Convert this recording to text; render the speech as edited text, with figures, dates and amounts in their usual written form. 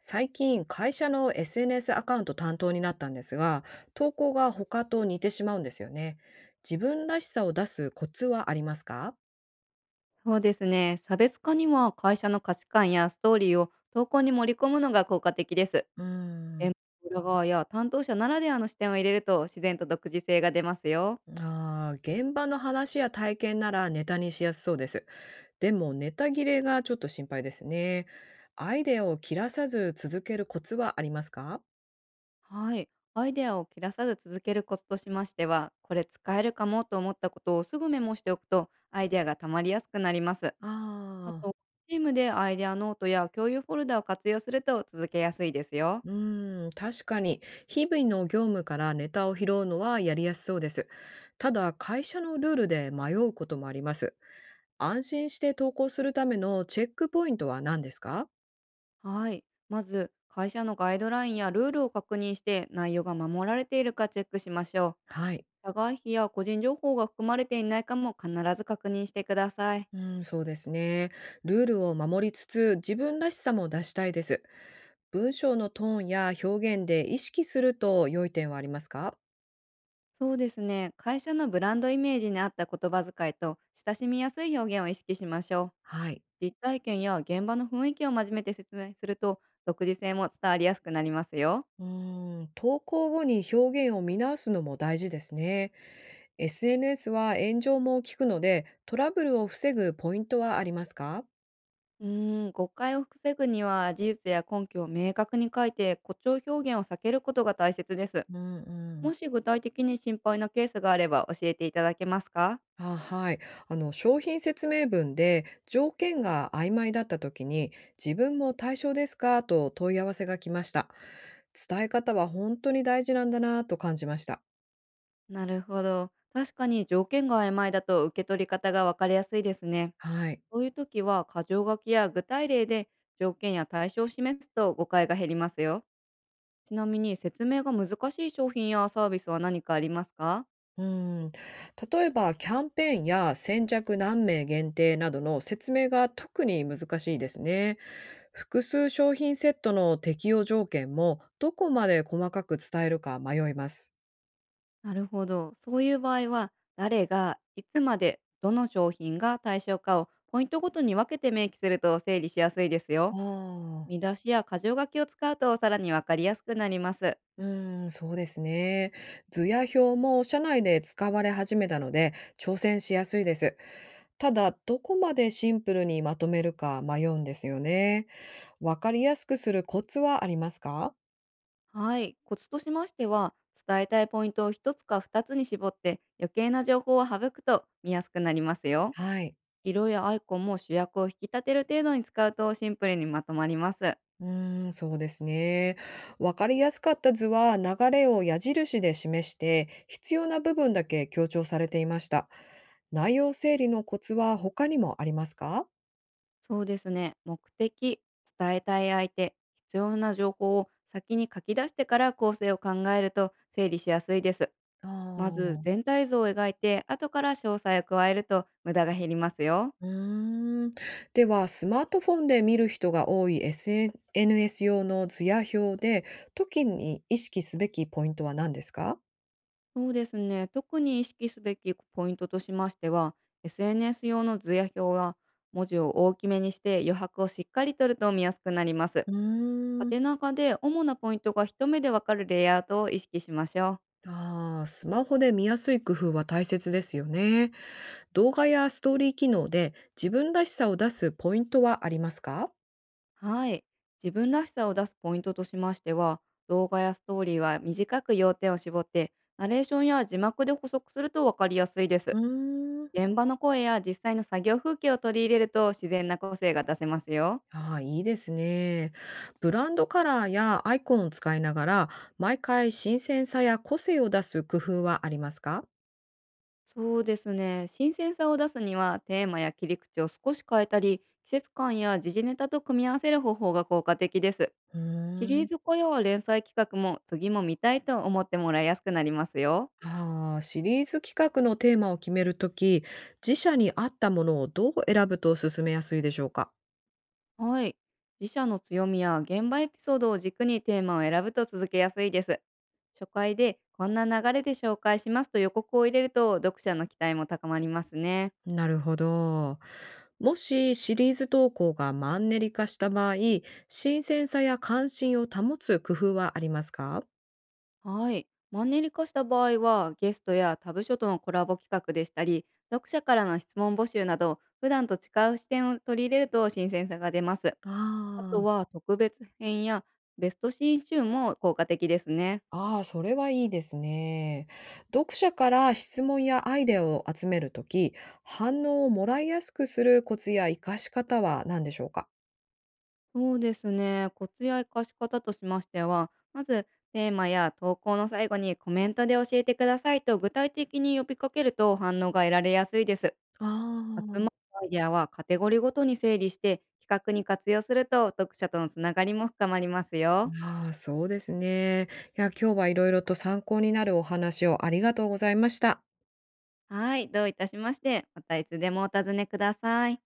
最近会社の SNS アカウント担当になったんですが、投稿が他と似てしまうんですよね。自分らしさを出すコツはありますか？そうですね。差別化には会社の価値観やストーリーを投稿に盛り込むのが効果的です。うー現ん。場の裏側や担当者ならではの視点を入れると自然と独自性が出ますよ。現場の話や体験ならネタにしやすそうです。でもネタ切れがちょっと心配ですね。アイデアを切らさず続けるコツはありますか？はい。アイデアを切らさず続けるコツとしましては、これ使えるかもと思ったことをすぐメモしておくとアイデアが溜まりやすくなります。あ。あと、チームでアイデアノートや共有フォルダを活用すると続けやすいですよ。うーん、確かに。日々の業務からネタを拾うのはやりやすそうです。ただ、会社のルールで迷うこともあります。安心して投稿するためのチェックポイントは何ですか？はい。まず、会社のガイドラインやルールを確認して内容が守られているかチェックしましょはい。う。社外費や個人情報が含まれていないかも必ず確認してください。うん、そうですね。ルールを守りつつ、自分らしさも出したいです。文章のトーンや表現で意識すると良い点はありますか？そうですね。会社のブランドイメージに合った言葉遣いと親しみやすい表現を意識しましょう。はい。実体験や現場の雰囲気を真面目で説明すると独自性も伝わりやすくなりますよ。うん、投稿後に表現を見直すのも大事ですね。SNS は炎上も聞くので、トラブルを防ぐポイントはありますか？うーん、誤解を防ぐには事実や根拠を明確に書いて誇張表現を避けることが大切です。うんうん。もし具体的に心配なケースがあれば教えていただけますか？あ、はい。商品説明文で条件が曖昧だった時に、自分も対象ですかと問い合わせが来ました。伝え方は本当に大事なんだなと感じました。なるほど。確かに条件が曖昧だと受け取り方が分かりやすいですね。はい。そういう時は箇条書きや具体例で条件や対象を示すと誤解が減りますよ。ちなみに説明が難しい商品やサービスは何かありますか？うん、例えばキャンペーンや先着何名限定などの説明が特に難しいですね。複数商品セットの適用条件もどこまで細かく伝えるか迷います。なるほど。そういう場合は、誰がいつまでどの商品が対象かをポイントごとに分けて明記すると整理しやすいですあよ。見あ、出しや箇条書きを使うとさらにわかりやすくなります。うん、そうですね。図や表も社内で使われ始めたので挑戦しやすいです。ただ、どこまでシンプルにまとめるか迷うんですよね。わかりやすくするコツはありますか？はい。コツとしましては、伝えたいポイントを一つか二つに絞って余計な情報を省くと見やすくなりますよ。はい。色やアイコンも主役を引き立てる程度に使うとシンプルにまとまります。うーん、そうですね。わかりやすかった図は流れを矢印で示して、必要な部分だけ強調されていました。内容整理のコツは他にもありますか？そうですね。目的、伝えたい相手、必要な情報を先に書き出してから構成を考えると整理しやすいです。あまずあ。全体像を描いて後から詳細を加えると無駄が減りますよ。うーん。では、スマートフォンで見る人が多い SNS 用の図や表で、時に意識すべきポイントは何ですか？そうですね。特に意識すべきポイントとしましては、SNS 用の図や表は、文字を大きめにして余白をしっかり取ると見やすくなります。うーん。縦長で主なポイントが一目でわかるレイアウトを意識しましょう。ああ、スマホで見やすい工夫は大切ですよね。動画やストーリー機能で自分らしさを出すポイントはありますか？はい。自分らしさを出すポイントとしましては、動画やストーリーは短く要点を絞って、ナレーションや字幕で補足するとわかりやすいでうす。ーん。現場の声や実際の作業風景を取り入れると自然な個性が出せますよ。ああ、いいですね。ブランドカラーやアイコンを使いながら、毎回新鮮さや個性を出す工夫はありますか？そうですね。新鮮さを出すには、テーマや切り口を少し変えたり、季節感や時事ネタと組み合わせる方法が効果的です。うシーリーん。ズ化や連載企画も、次も見たいと思ってもらいやすくなりますよ。ああ、シリーズ企画のテーマを決めるとき、自社に合ったものをどう選ぶと進めやすいでしょうか？はい。自社の強みや現場エピソードを軸にテーマを選ぶと続けやすいです。初回でこんな流れで紹介しますと予告を入れると読者の期待も高まりますね。なるほど。もしシリーズ投稿がマンネリ化した場合、新鮮さや関心を保つ工夫はありますか？はい。マンネリ化した場合は、ゲストやタブ書とのコラボ企画でしたり、読者からの質問募集など、普段と違う視点を取り入れると新鮮さが出ます。ああとー。は、特別編やベスト新集も効果的ですね。あー、それはいいですね。読者から質問やアイデアを集めるとき、反応をもらいやすくするコツや活かし方は何でしょうか？そうですね。コツや活かし方としましては、まず、テーマや投稿の最後にコメントで教えてくださいと具体的に呼びかけると反応が得られやすいです。あ集まっー。たアイデアはカテゴリーごとに整理して企画に活用すると読者とのつながりも深まりますよ。あー、そうですね。いや、今日はいろいろと参考になるお話をありがとうございました。はい、どういたしまして、またいつでもお尋ねください。